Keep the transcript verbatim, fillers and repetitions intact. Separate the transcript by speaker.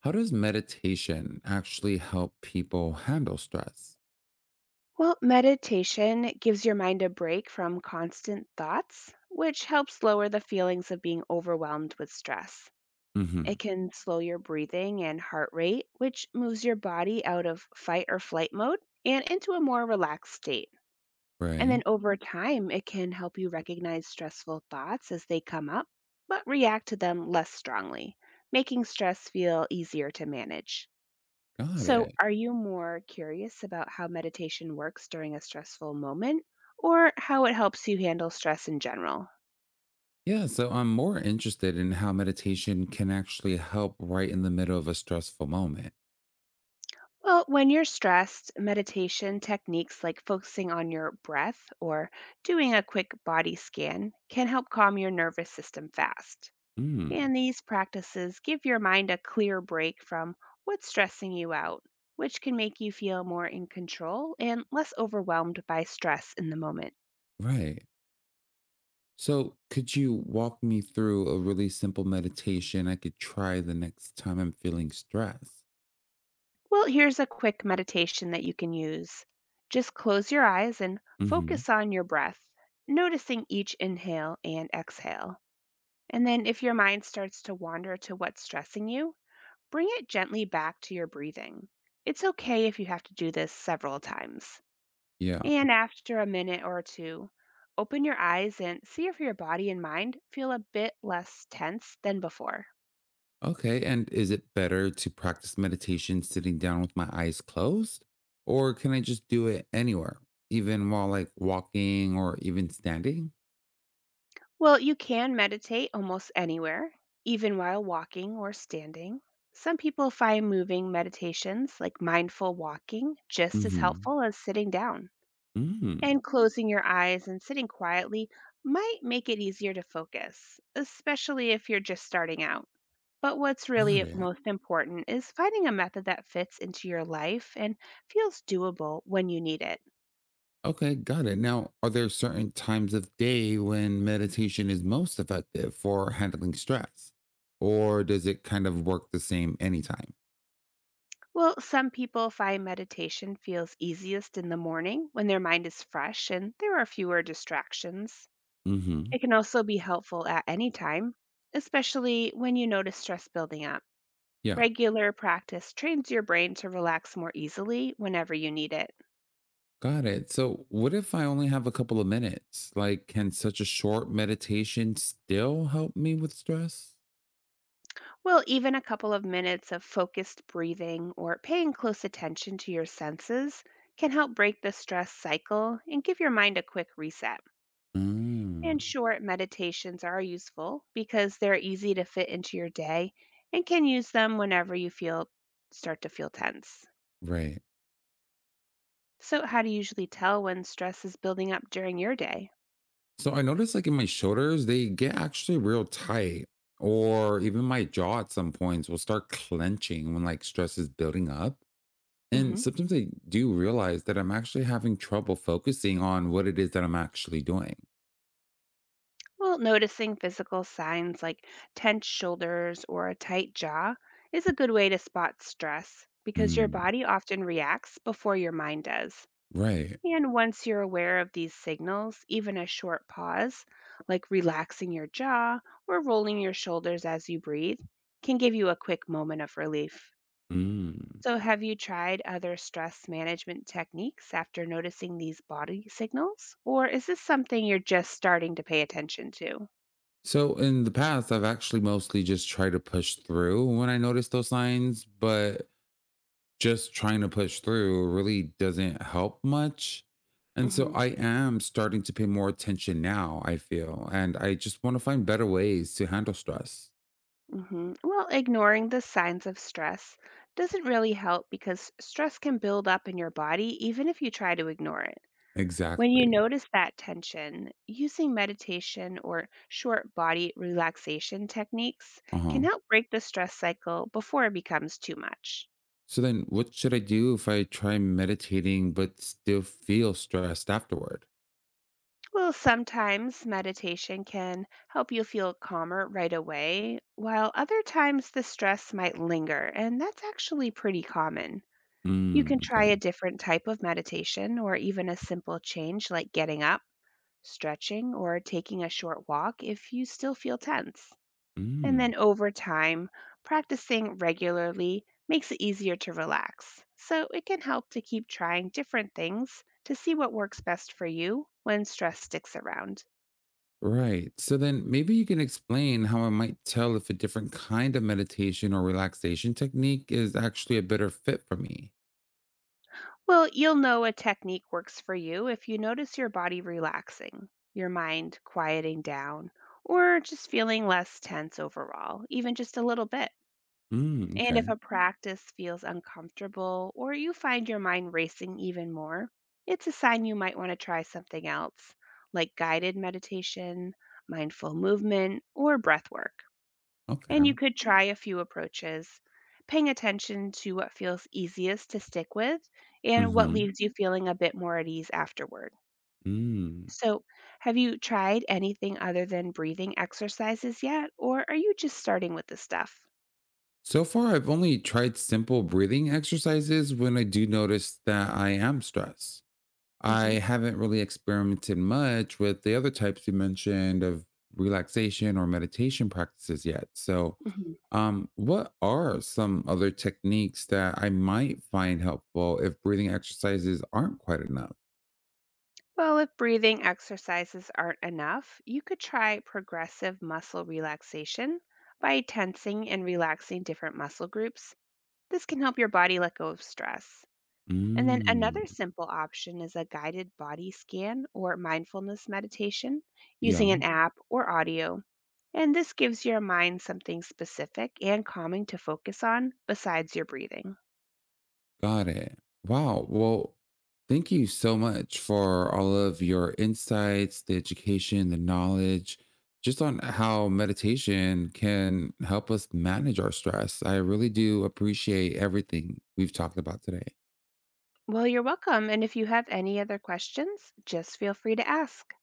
Speaker 1: How does meditation actually help people handle stress?
Speaker 2: Well, meditation gives your mind a break from constant thoughts, which helps lower the feelings of being overwhelmed with stress.
Speaker 1: hmm
Speaker 2: It can slow your breathing and heart rate, which moves your body out of fight or flight mode and into a more relaxed state. And
Speaker 1: Right.
Speaker 2: then over time, it can help you recognize stressful thoughts as they come up, but react to them less strongly, making stress feel easier to manage.
Speaker 1: Got
Speaker 2: So,
Speaker 1: it.
Speaker 2: are you more curious about how meditation works during a stressful moment or how it helps you handle stress in general?
Speaker 1: Yeah. So I'm more interested in how meditation can actually help right in the middle of a stressful moment.
Speaker 2: Well, when you're stressed, meditation techniques like focusing on your breath or doing a quick body scan can help calm your nervous system fast.
Speaker 1: Mm,
Speaker 2: And these practices give your mind a clear break from what's stressing you out, which can make you feel more in control and less overwhelmed by stress in the moment.
Speaker 1: right. So could you walk me through a really simple meditation I could try the next time I'm feeling stress?
Speaker 2: Well, here's a quick meditation that you can use. Just close your eyes and
Speaker 1: hmm
Speaker 2: focus on your breath, noticing each inhale and exhale. And then, if your mind starts to wander to what's stressing you, bring it gently back to your breathing. It's okay if you have to do this several times.
Speaker 1: Yeah.
Speaker 2: And after a minute or two, open your eyes and see if your body and mind feel a bit less tense than before.
Speaker 1: Okay, and is it better to practice meditation sitting down with my eyes closed? Or can I just do it anywhere, even while like walking or even standing?
Speaker 2: Well, you can meditate almost anywhere, even while walking or standing. Some people find moving meditations like mindful walking just as
Speaker 1: Mm-hmm.
Speaker 2: helpful as sitting down.
Speaker 1: Mm,
Speaker 2: And Mhm, closing your eyes and sitting quietly might make it easier to focus, especially if you're just starting out. But what's
Speaker 1: got
Speaker 2: really
Speaker 1: it.
Speaker 2: most important is finding a method that fits into your life and feels doable when you need it.
Speaker 1: Okay, got it. Now, are there certain times of day when meditation is most effective for handling stress? Or does it kind of work the same anytime?
Speaker 2: Well, some people find meditation feels easiest in the morning when their mind is fresh and there are fewer distractions.
Speaker 1: Mm-hmm.
Speaker 2: It can also be helpful at any time, especially when you notice stress building up.
Speaker 1: Yeah.
Speaker 2: Regular practice trains your brain to relax more easily whenever you need it.
Speaker 1: Got it. So, what if I only have a couple of minutes? Like, can such a short meditation still help me with stress?
Speaker 2: Well, even a couple of minutes of focused breathing or paying close attention to your senses can help break the stress cycle and give your mind a quick reset.
Speaker 1: Mm,
Speaker 2: And short meditations are useful because they're easy to fit into your day and can use them whenever you feel start to feel tense.
Speaker 1: right.
Speaker 2: So, how do you usually tell when stress is building up during your day?
Speaker 1: So, I noticed like in my shoulders, they get actually real tight, or even my jaw at some points will start clenching when like stress is building up. And
Speaker 2: Hmm.
Speaker 1: sometimes I do realize that I'm actually having trouble focusing on what it is that I'm actually doing.
Speaker 2: Well, noticing physical signs like tense shoulders or a tight jaw is a good way to spot stress because your
Speaker 1: Mm,
Speaker 2: body often reacts before your mind does.
Speaker 1: right.
Speaker 2: And once you're aware of these signals, even a short pause, like relaxing your jaw or rolling your shoulders as you breathe, can give you a quick moment of relief.
Speaker 1: Mm.
Speaker 2: So, have you tried other stress management techniques after noticing these body signals? Or is this something you're just starting to pay attention to?
Speaker 1: So in the past, I've actually mostly just tried to push through when I notice those signs, but just trying to push through really doesn't help much. And so
Speaker 2: Hmm.
Speaker 1: I am starting to pay more attention now, I feel, and I just want to find better ways to handle stress.
Speaker 2: Hmm. Well, ignoring the signs of stress doesn't really help because stress can build up in your body even if you try to ignore it. When you
Speaker 1: Exactly.
Speaker 2: notice that tension, using meditation or short body relaxation techniques
Speaker 1: Uh huh.
Speaker 2: can help break the stress cycle before it becomes too much.
Speaker 1: So then, what should I do if I try meditating but still feel stressed afterward?
Speaker 2: Well, sometimes meditation can help you feel calmer right away, while other times the stress might linger, and that's actually pretty common. You
Speaker 1: Mm,
Speaker 2: can try
Speaker 1: okay.
Speaker 2: a different type of meditation or even a simple change like getting up, stretching, or taking a short walk if you still feel tense. And
Speaker 1: Mm.
Speaker 2: then over time, practicing regularly makes it easier to relax. So it can help to keep trying different things to see what works best for you when stress sticks around.
Speaker 1: Right. So then maybe you can explain how I might tell if a different kind of meditation or relaxation technique is actually a better fit for me.
Speaker 2: Well, you'll know a technique works for you if you notice your body relaxing, your mind quieting down, or just feeling less tense overall, even just a little bit.
Speaker 1: Mm,
Speaker 2: And if
Speaker 1: okay.
Speaker 2: a practice feels uncomfortable or you find your mind racing even more, it's a sign you might want to try something else, like guided meditation, mindful movement, or breath work.
Speaker 1: Okay.
Speaker 2: And you could try a few approaches, paying attention to what feels easiest to stick with and what
Speaker 1: hmm
Speaker 2: leaves you feeling a bit more at ease afterward.
Speaker 1: Mm.
Speaker 2: So, have you tried anything other than breathing exercises yet, or are you just starting with this stuff?
Speaker 1: So far, I've only tried simple breathing exercises when I do notice that I am stressed. I
Speaker 2: Hmm.
Speaker 1: haven't really experimented much with the other types you mentioned of relaxation or meditation practices yet. So, um, what are some other techniques that I might find helpful if breathing exercises aren't quite enough?
Speaker 2: Well, if breathing exercises aren't enough, you could try progressive muscle relaxation by tensing and relaxing different muscle groups. This can help your body let go of stress. And then
Speaker 1: Mm,
Speaker 2: another simple option is a guided body scan or mindfulness meditation using an
Speaker 1: yeah.
Speaker 2: app or audio. And this gives your mind something specific and calming to focus on besides your breathing.
Speaker 1: Got it. Wow. Well, thank you so much for all of your insights, the education, the knowledge, just on how meditation can help us manage our stress. I really do appreciate everything we've talked about today.
Speaker 2: Well, you're welcome. And if you have any other questions, just feel free to ask.